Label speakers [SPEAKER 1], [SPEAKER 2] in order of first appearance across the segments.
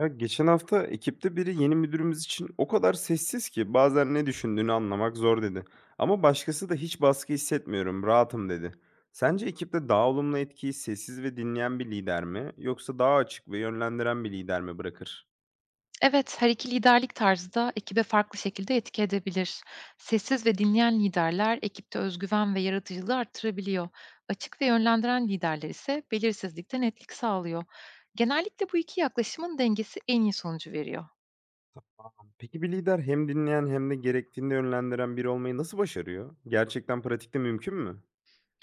[SPEAKER 1] Ya, geçen hafta ekipte biri yeni müdürümüz için o kadar sessiz ki bazen ne düşündüğünü anlamak zor dedi. Ama başkası da hiç baskı hissetmiyorum, rahatım dedi. Sence ekipte daha olumlu etkiyi sessiz ve dinleyen bir lider mi yoksa daha açık ve yönlendiren bir lider mi bırakır?
[SPEAKER 2] Evet, her iki liderlik tarzı da ekibe farklı şekilde etki edebilir. Sessiz ve dinleyen liderler ekipte özgüven ve yaratıcılığı arttırabiliyor. Açık ve yönlendiren liderler ise belirsizlikte netlik sağlıyor. Genellikle bu iki yaklaşımın dengesi en iyi sonucu veriyor.
[SPEAKER 1] Peki bir lider hem dinleyen hem de gerektiğinde yönlendiren biri olmayı nasıl başarıyor? Gerçekten pratikte mümkün mü?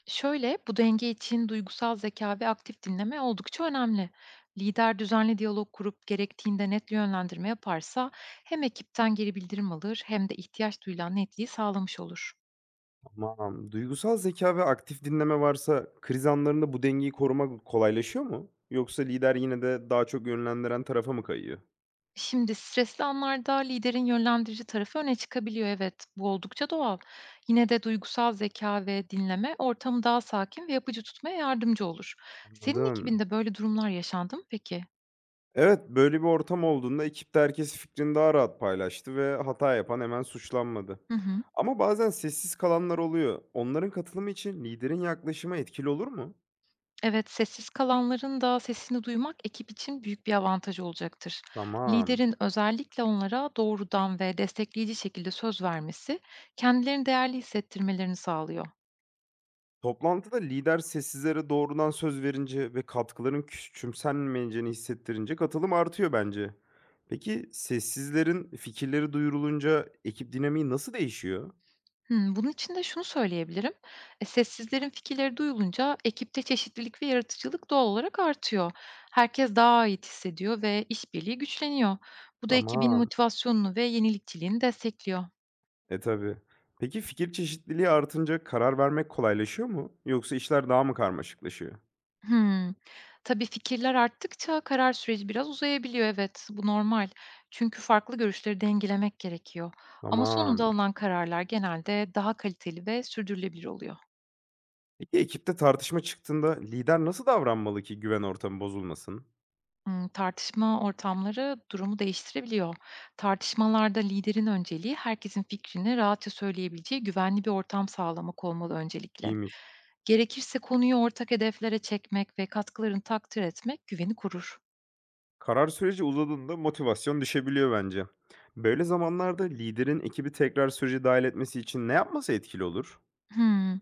[SPEAKER 2] Şöyle, bu denge için duygusal zeka ve aktif dinleme oldukça önemli. Lider düzenli diyalog kurup gerektiğinde net yönlendirme yaparsa hem ekipten geri bildirim alır hem de ihtiyaç duyulan netliği sağlamış olur.
[SPEAKER 1] Tamam. Duygusal zeka ve aktif dinleme varsa kriz anlarında bu dengeyi korumak kolaylaşıyor mu? Yoksa lider yine de daha çok yönlendiren tarafa mı kayıyor?
[SPEAKER 2] Şimdi stresli anlarda liderin yönlendirici tarafı öne çıkabiliyor, evet. Bu oldukça doğal. Yine de duygusal zeka ve dinleme ortamı daha sakin ve yapıcı tutmaya yardımcı olur. Senin
[SPEAKER 1] Anladım.
[SPEAKER 2] ekibinde böyle durumlar yaşandı mı peki?
[SPEAKER 1] Evet, böyle bir ortam olduğunda ekipte herkes fikrini daha rahat paylaştı ve hata yapan hemen suçlanmadı.
[SPEAKER 2] Hı hı.
[SPEAKER 1] Ama bazen sessiz kalanlar oluyor. Onların katılımı için liderin yaklaşımı etkili olur mu?
[SPEAKER 2] Evet, sessiz kalanların da sesini duymak ekip için büyük bir avantaj olacaktır.
[SPEAKER 1] Tamam.
[SPEAKER 2] Liderin özellikle onlara doğrudan ve destekleyici şekilde söz vermesi kendilerini değerli hissettirmelerini sağlıyor.
[SPEAKER 1] Toplantıda lider sessizlere doğrudan söz verince ve katkıların küçümsenmeyeceğini hissettirince katılım artıyor bence. Peki sessizlerin fikirleri duyurulunca ekip dinamiği nasıl değişiyor?
[SPEAKER 2] Hımm, bunun için de şunu söyleyebilirim. Sessizlerin fikirleri duyulunca ekipte çeşitlilik ve yaratıcılık doğal olarak artıyor. Herkes daha ait hissediyor ve işbirliği güçleniyor. Bu da ekibin
[SPEAKER 1] Tamam.
[SPEAKER 2] motivasyonunu ve yenilikçiliğini destekliyor.
[SPEAKER 1] E tabii. Peki fikir çeşitliliği artınca karar vermek kolaylaşıyor mu? Yoksa işler daha mı karmaşıklaşıyor?
[SPEAKER 2] Hımm. Tabii fikirler arttıkça karar süreci biraz uzayabiliyor. Evet, bu normal. Çünkü farklı görüşleri dengelemek gerekiyor. Ama
[SPEAKER 1] Tamam.
[SPEAKER 2] sonunda alınan kararlar genelde daha kaliteli ve sürdürülebilir oluyor.
[SPEAKER 1] Peki ekipte tartışma çıktığında lider nasıl davranmalı ki güven ortamı bozulmasın?
[SPEAKER 2] Tartışma ortamları durumu değiştirebiliyor. Tartışmalarda liderin önceliği herkesin fikrini rahatça söyleyebileceği güvenli bir ortam sağlamak olmalı öncelikle.
[SPEAKER 1] İyiymiş.
[SPEAKER 2] Gerekirse konuyu ortak hedeflere çekmek ve katkılarını takdir etmek güveni kurur.
[SPEAKER 1] Karar süreci uzadığında motivasyon düşebiliyor bence. Böyle zamanlarda liderin ekibi tekrar sürece dahil etmesi için ne yapması etkili olur?
[SPEAKER 2] Hımm.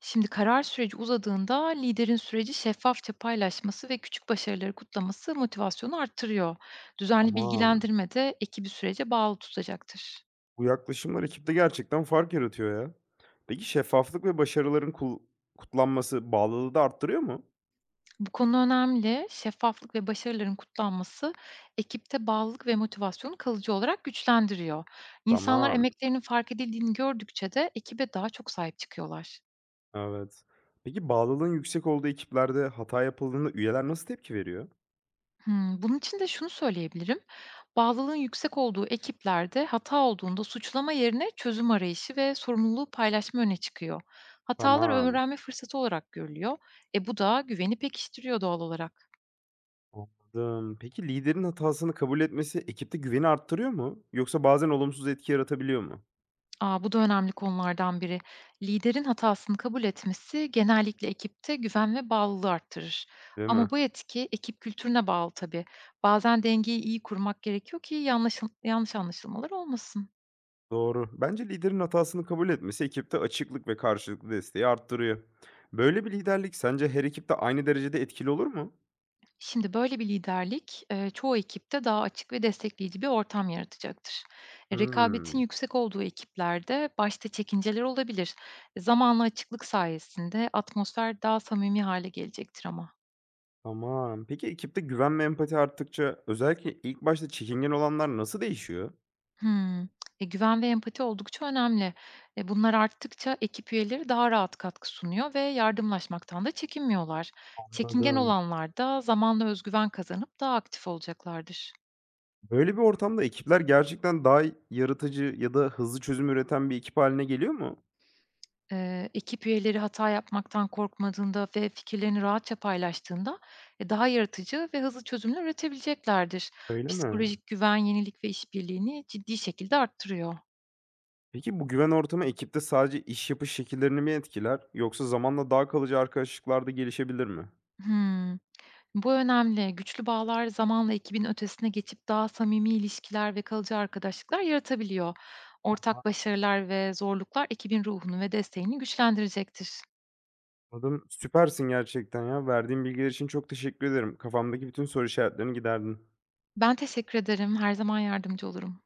[SPEAKER 2] Şimdi karar süreci uzadığında liderin süreci şeffafça paylaşması ve küçük başarıları kutlaması motivasyonu arttırıyor. Düzenli
[SPEAKER 1] Aman,
[SPEAKER 2] bilgilendirme de ekibi sürece bağlı tutacaktır.
[SPEAKER 1] bu yaklaşımlar ekipte gerçekten fark yaratıyor ya. Peki şeffaflık ve başarıların kutlanması bağlılığı da arttırıyor mu?
[SPEAKER 2] Bu konu önemli. Şeffaflık ve başarıların kutlanması ekipte bağlılık ve motivasyonu kalıcı olarak güçlendiriyor. İnsanlar
[SPEAKER 1] Tamam,
[SPEAKER 2] emeklerinin fark edildiğini gördükçe de ekibe daha çok sahip çıkıyorlar.
[SPEAKER 1] evet. Peki bağlılığın yüksek olduğu ekiplerde hata yapıldığında üyeler nasıl tepki veriyor?
[SPEAKER 2] Hmm, bunun için de şunu söyleyebilirim. Bağlılığın yüksek olduğu ekiplerde hata olduğunda suçlama yerine çözüm arayışı ve sorumluluğu paylaşma öne çıkıyor. Hatalar
[SPEAKER 1] Tamam,
[SPEAKER 2] öğrenme fırsatı olarak görülüyor. E bu da güveni pekiştiriyor doğal olarak.
[SPEAKER 1] anladım. Peki liderin hatasını kabul etmesi ekipte güveni arttırıyor mu? Yoksa bazen olumsuz etki yaratabiliyor mu?
[SPEAKER 2] A, bu da önemli konulardan biri. Liderin hatasını kabul etmesi genellikle ekipte güven ve bağlılığı arttırır.
[SPEAKER 1] Değil mi?
[SPEAKER 2] Ama bu etki ekip kültürüne bağlı tabii. Bazen dengeyi iyi kurmak gerekiyor ki yanlış anlaşılmalar olmasın.
[SPEAKER 1] Doğru. Bence liderin hatasını kabul etmesi ekipte açıklık ve karşılıklı desteği arttırıyor. Böyle bir liderlik sence her ekipte aynı derecede etkili olur mu?
[SPEAKER 2] Şimdi böyle bir liderlik çoğu ekipte daha açık ve destekleyici bir ortam yaratacaktır.
[SPEAKER 1] Hmm,
[SPEAKER 2] Rekabetin yüksek olduğu ekiplerde başta çekinceler olabilir. Zamanla açıklık sayesinde atmosfer daha samimi hale gelecektir ama.
[SPEAKER 1] tamam. Peki ekipte güven ve empati arttıkça özellikle ilk başta çekingen olanlar nasıl değişiyor?
[SPEAKER 2] Hımm. Güven ve empati oldukça önemli. Bunlar arttıkça ekip üyeleri daha rahat katkı sunuyor ve yardımlaşmaktan da çekinmiyorlar. Çekingen
[SPEAKER 1] Anladım.
[SPEAKER 2] olanlar da zamanla özgüven kazanıp daha aktif olacaklardır.
[SPEAKER 1] Böyle bir ortamda ekipler gerçekten daha yaratıcı ya da hızlı çözüm üreten bir ekip haline geliyor mu?
[SPEAKER 2] Ekip üyeleri hata yapmaktan korkmadığında ve fikirlerini rahatça paylaştığında, daha yaratıcı ve hızlı çözümler üretebileceklerdir.
[SPEAKER 1] Öyle mi?
[SPEAKER 2] Psikolojik güven, yenilik ve işbirliğini ciddi şekilde arttırıyor.
[SPEAKER 1] Peki bu güven ortamı ekipte sadece iş yapış şekillerini mi etkiler yoksa zamanla daha kalıcı arkadaşlıklar da gelişebilir mi?
[SPEAKER 2] Hımm. Bu önemli. Güçlü bağlar zamanla ekibin ötesine geçip daha samimi ilişkiler ve kalıcı arkadaşlıklar yaratabiliyor. Ortak başarılar ve zorluklar ekibin ruhunu ve desteğini güçlendirecektir.
[SPEAKER 1] Anladım. Süpersin gerçekten ya. Verdiğin bilgiler için çok teşekkür ederim. Kafamdaki bütün soru işaretlerini giderdin.
[SPEAKER 2] Ben teşekkür ederim. Her zaman yardımcı olurum.